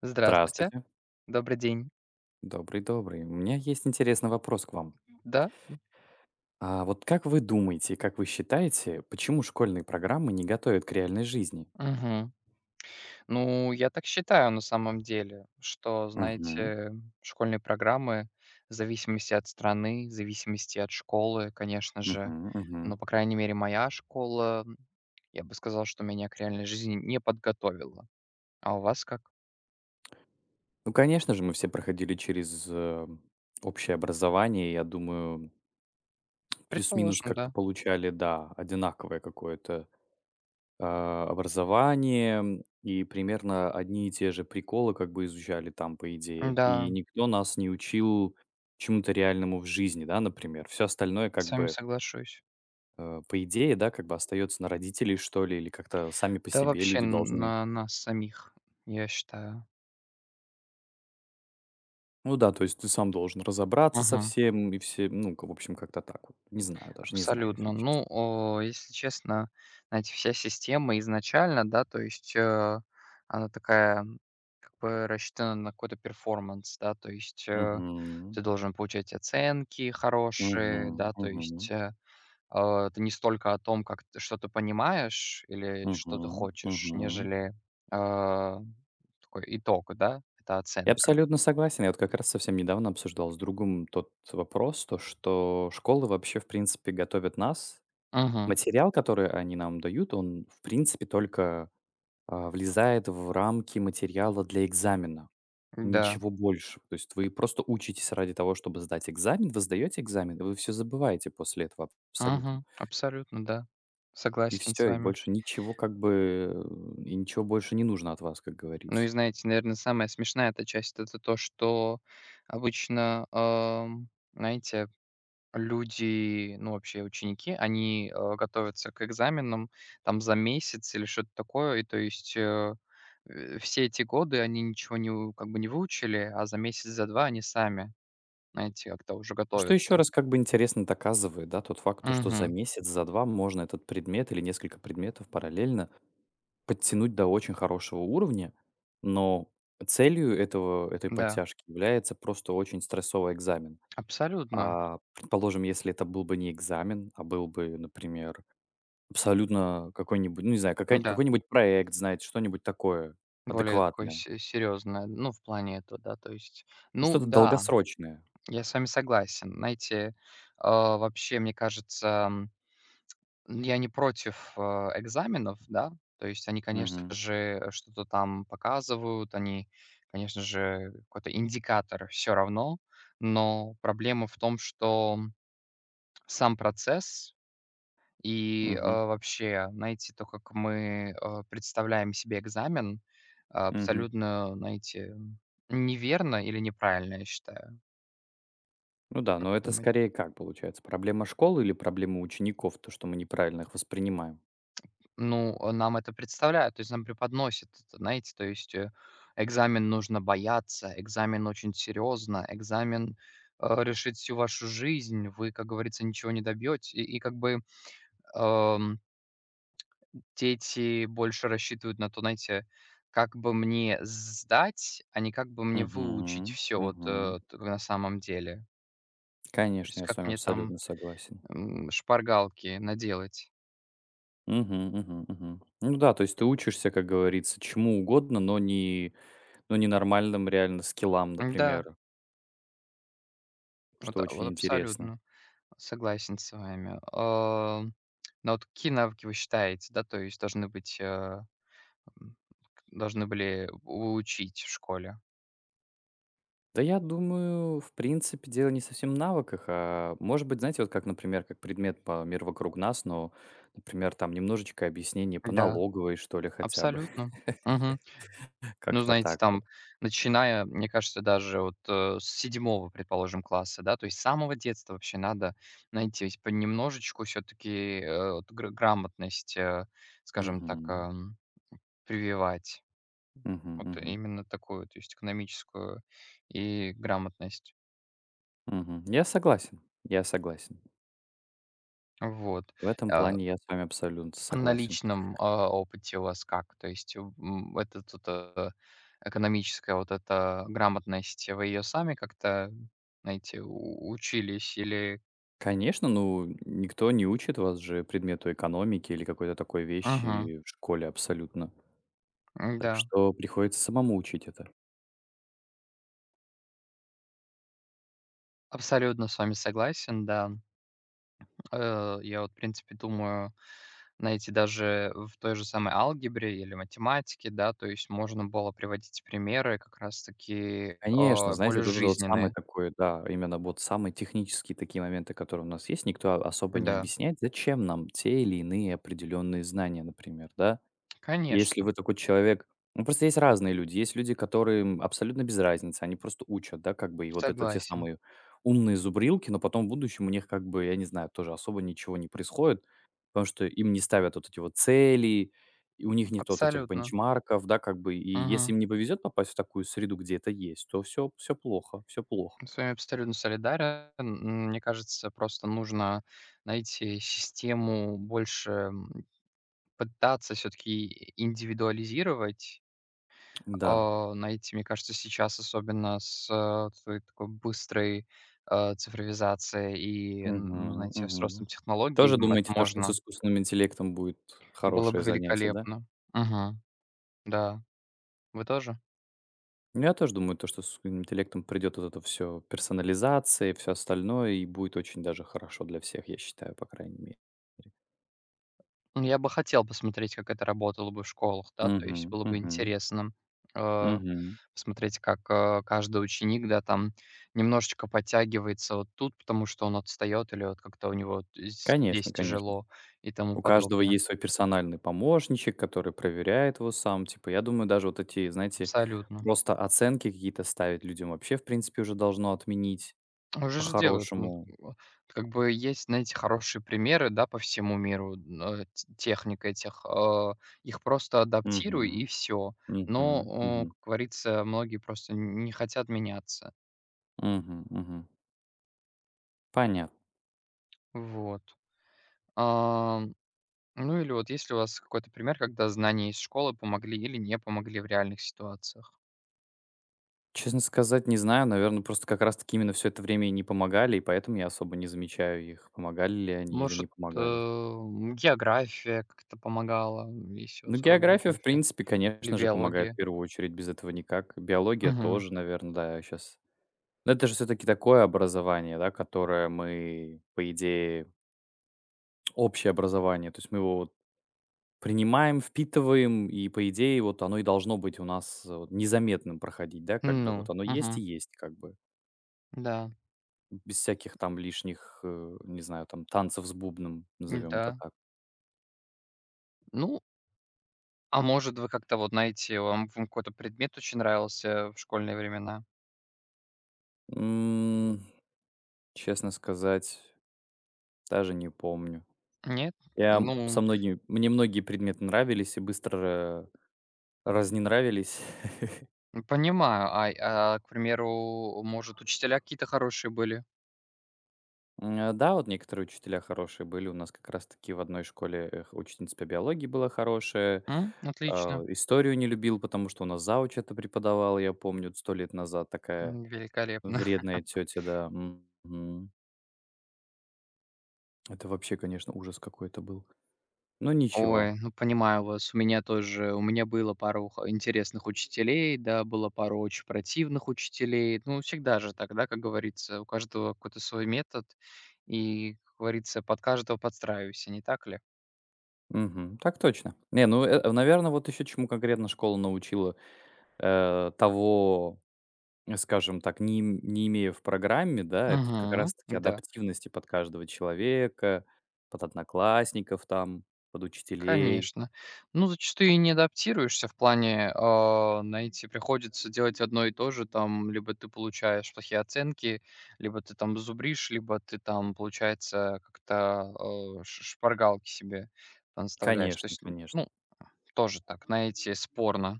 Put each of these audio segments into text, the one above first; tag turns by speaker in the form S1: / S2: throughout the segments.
S1: Здравствуйте,
S2: Здравствуйте.
S1: добрый день.
S2: Добрый-добрый. У меня есть интересный вопрос к вам.
S1: Да?
S2: А вот как вы думаете, как вы считаете, почему школьные программы не готовят к реальной жизни?
S1: Мгм. Ну, я так считаю на самом деле, что,
S2: Мгм.
S1: знаете, школьные программы в зависимости от страны, в зависимости от школы, конечно же.
S2: Мгм. Мгм.
S1: Но, по крайней мере, моя школа, я бы сказал, что меня к реальной жизни не подготовила. А у вас как?
S2: Ну, конечно же, мы все проходили через, общее образование. Я думаю, плюс-минус
S1: Предположим,
S2: как-то
S1: да.
S2: получали, да, одинаковое какое-то образование, и примерно одни и те же приколы как бы изучали там, по идее. И
S1: Да,
S2: никто нас не учил чему-то реальному в жизни, да, например. Все остальное как
S1: с вами
S2: бы,
S1: соглашусь.
S2: по идее, да, как бы остается на родителей, что ли, или как-то сами по
S1: Да
S2: себе
S1: вообще
S2: люди должны.
S1: на нас самих, я считаю.
S2: Ну да, то есть ты сам должен разобраться со
S1: Мгм.
S2: всем и все, ну, в общем, как-то так вот. Не знаю даже, не знаю, если
S1: Абсолютно.
S2: честно.
S1: Ну, если честно, знаете, вся система изначально, да, то есть она такая, как бы рассчитана на какой-то перформанс, да, то есть
S2: Мгм.
S1: ты должен получать оценки
S2: Мгм.
S1: хорошие, да, то
S2: Мгм.
S1: есть это не столько о том, как ты, что ты понимаешь или что
S2: Мгм.
S1: ты хочешь,
S2: Мгм.
S1: нежели а, такой итог, да, это
S2: Я
S1: оценка.
S2: абсолютно согласен. Я вот как раз совсем недавно обсуждал с другом тот вопрос, то что школы вообще, в принципе, готовят нас.
S1: Угу,
S2: Материал, который они нам дают, он, в принципе, только, влезает в рамки материала для экзамена.
S1: да,
S2: Ничего больше. То есть вы просто учитесь ради того, чтобы сдать экзамен, вы сдаете экзамен, и вы все забываете после этого абсолютно.
S1: угу, абсолютно, да,
S2: И
S1: согласен с
S2: все, и
S1: вами.
S2: больше ничего как бы, и ничего больше не нужно от вас, как
S1: Ну и
S2: говорится.
S1: знаете, наверное, самая смешная эта часть — это то, что обычно, знаете, люди, ну, вообще ученики, они, готовятся к экзаменам там за месяц или что-то такое. И то есть, все эти годы они ничего не у как бы не выучили, а за месяц, за 2 они сами, знаете, как-то уже
S2: Ну, что еще
S1: готовятся.
S2: раз как бы интересно доказывает, да, тот факт, то, что за
S1: Угу.
S2: месяц, за 2 можно этот предмет или несколько предметов параллельно подтянуть до очень хорошего уровня, но целью этого этой
S1: Да,
S2: подтяжки является просто очень стрессовый экзамен.
S1: абсолютно.
S2: А, предположим, если это был бы не экзамен, а был бы, например, абсолютно какой-нибудь, ну, не знаю, какая
S1: Да,
S2: какой-нибудь проект, знаете, что-нибудь такое
S1: более такой
S2: адекватное,
S1: серьезное, ну, в плане этого, да, то есть.
S2: ну,
S1: Ну
S2: что-то
S1: да.
S2: долгосрочное.
S1: Я с вами согласен. Знаете, вообще, мне кажется, я не против, экзаменов, да. То есть они, конечно
S2: Мгм,
S1: же, что-то там показывают, они, конечно же, какой-то индикатор. Все равно. Но проблема в том, что сам процесс и,
S2: мгм,
S1: вообще, знаете, то, как мы, представляем себе экзамен,
S2: мгм.
S1: абсолютно, знаете, неверно или неправильно, я считаю.
S2: Ну да,
S1: Как
S2: но
S1: вы
S2: это
S1: думаете?
S2: скорее как получается? Проблема школы или проблема учеников, то, что мы неправильно их воспринимаем?
S1: Ну, нам это представляют, то есть нам преподносят, это, знаете, то есть, экзамен нужно бояться, экзамен очень серьезно, экзамен, решит всю вашу жизнь, вы, как говорится, ничего не добьете и как бы, эм, дети больше рассчитывают на то, знаете, как бы мне сдать, а не как бы мне выучить
S2: Угу,
S1: все вот,
S2: угу.
S1: э, т на самом деле. То
S2: Конечно,
S1: есть
S2: я с
S1: как
S2: вами
S1: мне там,
S2: абсолютно согласен.
S1: шпаргалки наделать.
S2: Угу, угу, угу. Ну да, то есть ты учишься, как говорится, чему угодно, но не нормальным реально скиллам,
S1: Да,
S2: например,
S1: вот,
S2: что
S1: а, вот
S2: очень интересно.
S1: абсолютно. Согласен с вами. Но вот какие навыки вы считаете, да, то есть должны быть, м, должны были у учить в школе?
S2: Да я думаю, в принципе, дело не совсем в навыках, а может быть, знаете, вот как, например, как предмет по мир вокруг нас, но, например, там немножечко объяснение по
S1: Да,
S2: налоговой, что ли, хотя бы.
S1: абсолютно. Мгм. Ну,
S2: Как-то
S1: знаете,
S2: так вот.
S1: там, начиная, мне кажется, даже вот, с седьмого, предположим, класса, да, то есть с самого детства вообще надо, знаете, ведь понемножечку все-таки, вот грамотность, скажем так,
S2: Мгм.
S1: прививать.
S2: Мгм,
S1: Вот
S2: мгм,
S1: именно такую, то есть экономическую и грамотность.
S2: мгм. Я согласен, я согласен.
S1: Вот.
S2: В этом
S1: А,
S2: плане я с вами абсолютно
S1: а на
S2: согласен.
S1: личном, опыте у вас как? То есть, это тут, экономическая вот эта грамотность, вы ее сами как-то, знаете, у учились или...
S2: Конечно, ну, никто не учит вас же предмету экономики или какой-то такой
S1: Мгм.
S2: вещи в школе абсолютно. Так
S1: М-да,
S2: что приходится самому учить это.
S1: абсолютно с вами согласен, да. Я вот, в принципе, думаю, знаете, даже в той же самой алгебре или математике, да, то есть можно было приводить примеры как раз таки,
S2: Конечно, знаете,
S1: более
S2: вот это вот самый
S1: жизненные.
S2: такой, да, именно вот самые технические такие моменты, которые у нас есть, никто особо не
S1: Да,
S2: объясняет, зачем нам те или иные определенные знания, например, да? Если
S1: конечно,
S2: вы такой человек ну, просто есть разные люди. Есть люди, которым абсолютно без разницы, они просто учат, да, как бы, и вот это те
S1: согласен.
S2: самые умные зубрилки, но потом в будущем у них, как бы, я не знаю, тоже особо ничего не происходит, потому что им не ставят вот эти вот цели, и у них нет вот этих
S1: Абсолютно.
S2: бенчмарков, да, как бы. И если
S1: Мгм.
S2: им не повезет попасть в такую среду, где это есть, то все, все плохо, все плохо.
S1: С вами абсолютно солидарен. Мне кажется, просто нужно найти систему больше, пытаться все таки индивидуализировать.
S2: Да.
S1: Найти, мне кажется, сейчас, особенно с, той такой быстрой, цифровизацией и, н ну,
S2: Мгм,
S1: знаете, с ростом
S2: мгм.
S1: технологий,
S2: Тоже
S1: это
S2: думаете, то, что с
S1: можно.
S2: искусственным интеллектом будет
S1: Было
S2: хорошее
S1: бы
S2: занятие, да?
S1: великолепно. Мгм. Да. Вы тоже?
S2: Ну, я тоже думаю, то, что с искусственным интеллектом придет вот это все персонализация и все остальное, и будет очень даже хорошо для всех, я считаю, по крайней мере.
S1: Ну, я бы хотел посмотреть, как это работало бы в школах, да, то
S2: Мгм,
S1: есть было бы
S2: мгм,
S1: интересно, э,
S2: мгм.
S1: посмотреть, как, каждый ученик, да, там немножечко подтягивается вот тут, потому что он отстает, или вот как-то у него з
S2: Конечно,
S1: здесь
S2: конечно.
S1: тяжело и тому
S2: У каждого
S1: подобное.
S2: есть свой персональный помощничек, который проверяет его сам. Типа, я думаю, даже вот эти, знаете,
S1: Абсолютно.
S2: просто оценки какие-то ставить людям вообще, в принципе, уже должно отменить
S1: Уже же делают. Ну,
S2: по-хорошему.
S1: как бы есть, знаете, хорошие примеры, да, по всему миру, н э, т техник этих, их просто адаптируй
S2: Мгм,
S1: и все.
S2: мгм,
S1: Но,
S2: мгм,
S1: как говорится, многие просто не хотят меняться.
S2: мгм, мгм. Понятно.
S1: Вот. Ам, ну или вот есть ли у вас какой-то пример, когда знания из школы помогли или не помогли в реальных ситуациях?
S2: Честно сказать, не знаю. Наверное, просто как раз таки именно все это время и не помогали, и поэтому я особо не замечаю их, помогали ли они или не
S1: Может, э,
S2: помогали.
S1: география как-то помогала, есть у
S2: Ну,
S1: вас урок
S2: география, в
S1: географии
S2: принципе,
S1: или
S2: конечно же, помогает в
S1: биология?
S2: первую очередь, без этого никак. Биология
S1: Мгм.
S2: тоже, наверное, да, сейчас. Но это же все таки такое образование, да, которое мы, по идее, общее образование. То есть мы его вот принимаем, впитываем, и, по идее, вот оно и должно быть у нас вот незаметным проходить, да, как бы.
S1: Ну,
S2: Вот оно есть и
S1: мгм.
S2: есть как бы.
S1: Да,
S2: Без всяких там лишних, не знаю, там танцев с бубном, назовем это
S1: да.
S2: так.
S1: Ну, а может, вы как-то вот знаете, вам какой-то предмет очень нравился в школьные времена?
S2: М, честно сказать, даже не помню.
S1: Нет?
S2: Я со
S1: Ну,
S2: многими мне многие предметы нравились и быстро разненравились.
S1: понимаю. К примеру, может, учителя какие-то хорошие были?
S2: М, да, вот некоторые учителя хорошие были. У нас как раз таки в одной школе, ученица по биологии была хорошая.
S1: М?
S2: А,
S1: Отлично.
S2: историю не любил, потому что у нас зауч это преподавала, я помню, 100 лет назад такая
S1: М, великолепно.
S2: вредная тетя, да. Мгм. Это вообще, конечно, ужас какой-то был. Ну ничего.
S1: Ой, ну понимаю вас. У меня тоже, у меня было пару интересных учителей, да, было пару очень противных учителей. Ну, всегда же так, да, как говорится, у каждого какой-то свой метод. И, как говорится, под каждого подстраивайся, не так ли?
S2: Мгм. Так точно. Не, ну, наверное, вот еще чему конкретно школа научила, э, того, скажем так, не имея в программе, да, это тут как
S1: Угу,
S2: раз таки
S1: да.
S2: адаптивности под каждого человека, под одноклассников там, под учителей.
S1: Конечно. Ну, зачастую и не адаптируешься в плане, знаете, приходится делать одно и то же, там, либо ты получаешь плохие оценки, либо ты там зубришь, либо ты там, получается, как-то, шпаргалки себе наставляешь. То
S2: Конечно,
S1: есть,
S2: конечно.
S1: ну, тоже так, знаете, спорно.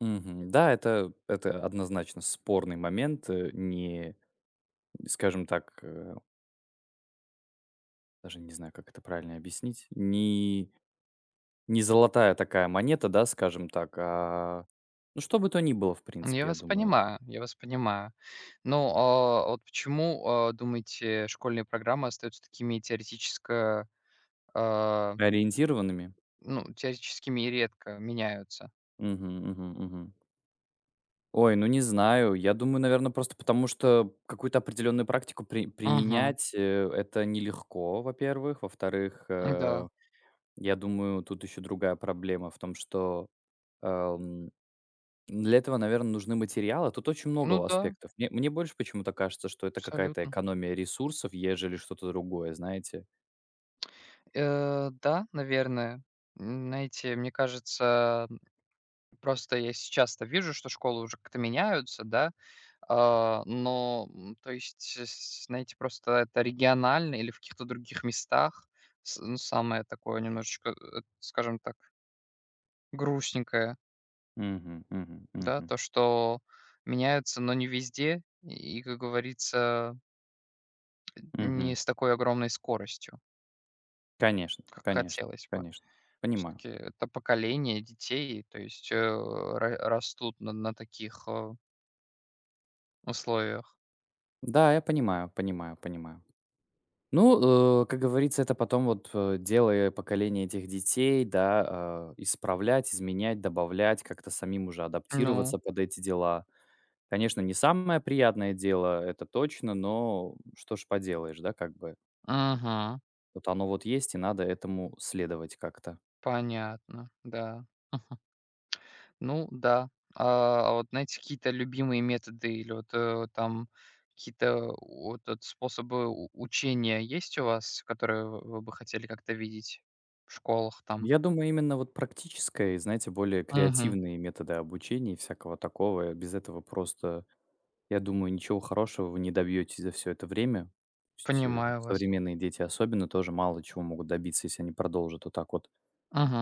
S2: Мгм. Да, это однозначно спорный момент, э, не, скажем так, даже не знаю, как это правильно объяснить, не Не золотая такая монета, да, скажем так, ну, что бы то ни было, в
S1: Ну, я
S2: принципе, я
S1: вас
S2: думаю.
S1: понимаю, я вас понимаю. Ну, а вот почему, думаете, школьные программы остаются такими а,
S2: Ориентированными?
S1: ну, теоретическими и редко меняются?
S2: Мгм, мгм, мгм. Ой, ну, не знаю. Я думаю, наверное, просто потому, что какую-то определенную практику
S1: Мгм.
S2: применять, это нелегко, во-первых. Во-вторых,
S1: Да.
S2: я думаю, тут еще другая проблема в том, что, эм, для этого, наверное, нужны материалы. Тут очень
S1: Ну
S2: много
S1: да,
S2: аспектов. Мне больше почему-то кажется, что это какая-то
S1: абсолютно.
S2: экономия ресурсов, ежели что-то другое, знаете?
S1: Да, наверное. Знаете, мне кажется, просто я сейчас-то вижу, что школы уже как-то меняются, да. Но, то есть, э, с знаете, просто это регионально или в каких-то других местах. С Ну, самое такое немножечко, скажем так, грустненькое,
S2: Мгм, мгм,
S1: да,
S2: мгм,
S1: то, что меняются, но не везде и, как говорится,
S2: мгм.
S1: не с такой огромной скоростью,
S2: Конечно,
S1: как
S2: конечно,
S1: хотелось бы.
S2: конечно.
S1: Все
S2: Понимаю.
S1: таки это поколение детей, то есть, э, ра растут на таких, условиях.
S2: Да, я понимаю, понимаю, понимаю. Ну, как говорится, это потом вот дело поколения этих детей, да, исправлять, изменять, добавлять, как-то самим уже
S1: Ну,
S2: адаптироваться под эти дела. Конечно, не самое приятное дело, это точно, но что ж поделаешь, да, как бы.
S1: мгм,
S2: Вот оно вот есть, и надо этому следовать как-то.
S1: понятно, да. Ну да. А вот знаете, какие-то любимые методы или вот, там какие-то вот от способы у учения есть у вас, которые вы бы хотели как-то видеть в школах там?
S2: Я думаю, именно вот практическое и, знаете, более
S1: Мгм.
S2: креативные методы обучения и всякого такого. Без этого просто, я думаю, ничего хорошего вы не добьетесь за все это время. То есть
S1: Понимаю вас.
S2: современные дети особенно тоже мало чего могут добиться, если они продолжат вот так вот,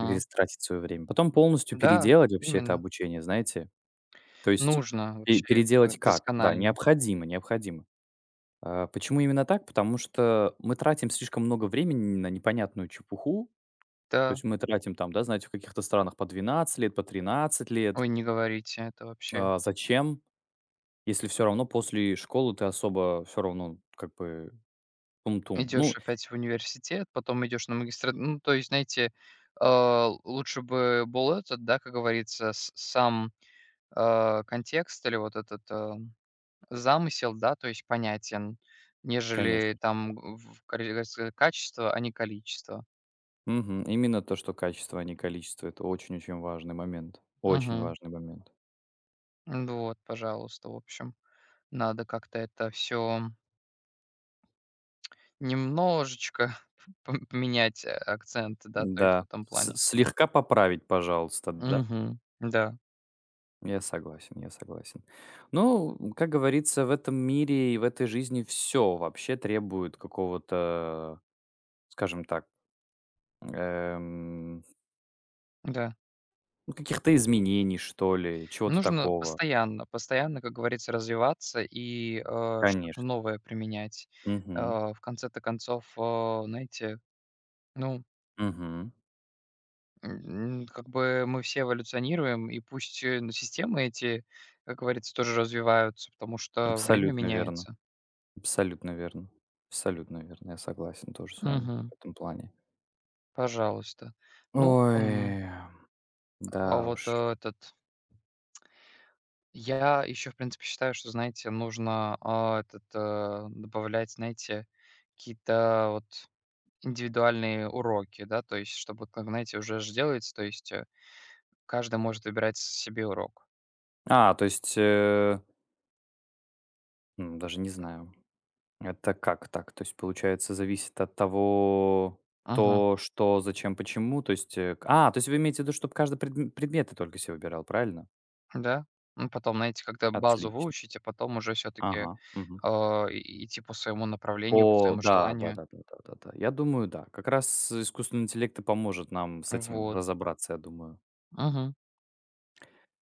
S2: как говорится, тратить свое время. Потом полностью
S1: Да,
S2: переделать вообще это
S1: именно.
S2: обучение, знаете. То есть
S1: Нужно вообще как
S2: переделать
S1: бы
S2: как? Да,
S1: досконально.
S2: необходимо, необходимо. А, почему именно так? Потому что мы тратим слишком много времени на непонятную чепуху, то
S1: Да.
S2: есть мы тратим там, да, знаете, в каких-то странах по 12 лет, по 13 лет.
S1: Ой, не говорите, это вообще.
S2: А, зачем, если все равно после школы ты особо все равно как бы тум-тум?
S1: Идешь
S2: Ну,
S1: опять в университет, потом идешь на магистра. Ну, то есть, знаете, лучше бы был этот, да, как говорится, с сам, контекст или вот этот, замысел, да, то есть понятен,
S2: конечно.
S1: нежели там как говорится, качество, а не количество.
S2: Мгм. Именно то, что качество, а не количество. Это очень-очень важный момент. Очень
S1: Мгм.
S2: важный момент.
S1: Ну вот, пожалуйста, в общем, надо как-то это все немножечко п поменять акцент, да, то есть в
S2: Да.
S1: этом
S2: С
S1: плане.
S2: слегка поправить, пожалуйста, да?
S1: Мгм. Да,
S2: Я согласен, я согласен. Ну, как говорится, в этом мире и в этой жизни все вообще требует какого-то, скажем так, эм
S1: да.
S2: Ну, каких-то изменений, что ли, чего-то
S1: Нужно
S2: такого.
S1: постоянно, постоянно, как говорится, развиваться и, что-то
S2: Конечно.
S1: новое применять.
S2: Мгм.
S1: В конце-то концов, знаете, ну,
S2: Мгм.
S1: как бы мы все эволюционируем, и пусть, ну, системы эти, как говорится, тоже развиваются, потому что время
S2: Абсолютно верно.
S1: меняется.
S2: Абсолютно верно. Абсолютно верно. Я согласен тоже с вами
S1: Мгм.
S2: в этом плане.
S1: Пожалуйста. Ну, м,
S2: Ой, да
S1: а вот,
S2: уж.
S1: э, этот я еще, в принципе, считаю, что, знаете, нужно, добавлять, знаете, какие-то вот индивидуальные уроки, да, то есть, чтобы, вот, как знаете, уже ж делается, то есть, каждый может выбирать себе урок.
S2: А, то есть, э, м, даже не знаю. Это как так? То есть, получается, зависит от того,
S1: Мгм.
S2: то, что, зачем, почему. То есть, то есть вы имеете в виду, чтобы каждый предмет ты только себе выбирал, правильно?
S1: Да. Ну, потом, знаете, когда базу
S2: Отлично.
S1: выучите, потом уже все-таки,
S2: Ага. Мгм.
S1: а, идти по своему направлению, по
S2: О
S1: своему
S2: да,
S1: желанию.
S2: да-да-да-да-да-да. Я думаю, да. Как раз искусственный интеллект и поможет нам с этим
S1: Вот.
S2: разобраться, я думаю.
S1: Мгм.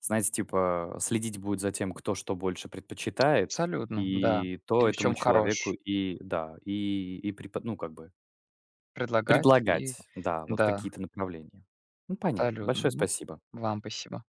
S2: Знаете, типа, следить будет за тем, кто что больше предпочитает,
S1: Абсолютно, да.
S2: и то
S1: Или в
S2: этому
S1: чем
S2: человеку
S1: хорош?
S2: и да, и препо ну, как бы
S1: Предлагать и
S2: предлагать, да, вот
S1: да,
S2: какие-то направления. Ну, понятно.
S1: абсолютно.
S2: Большое
S1: Ну,
S2: спасибо.
S1: вам спасибо.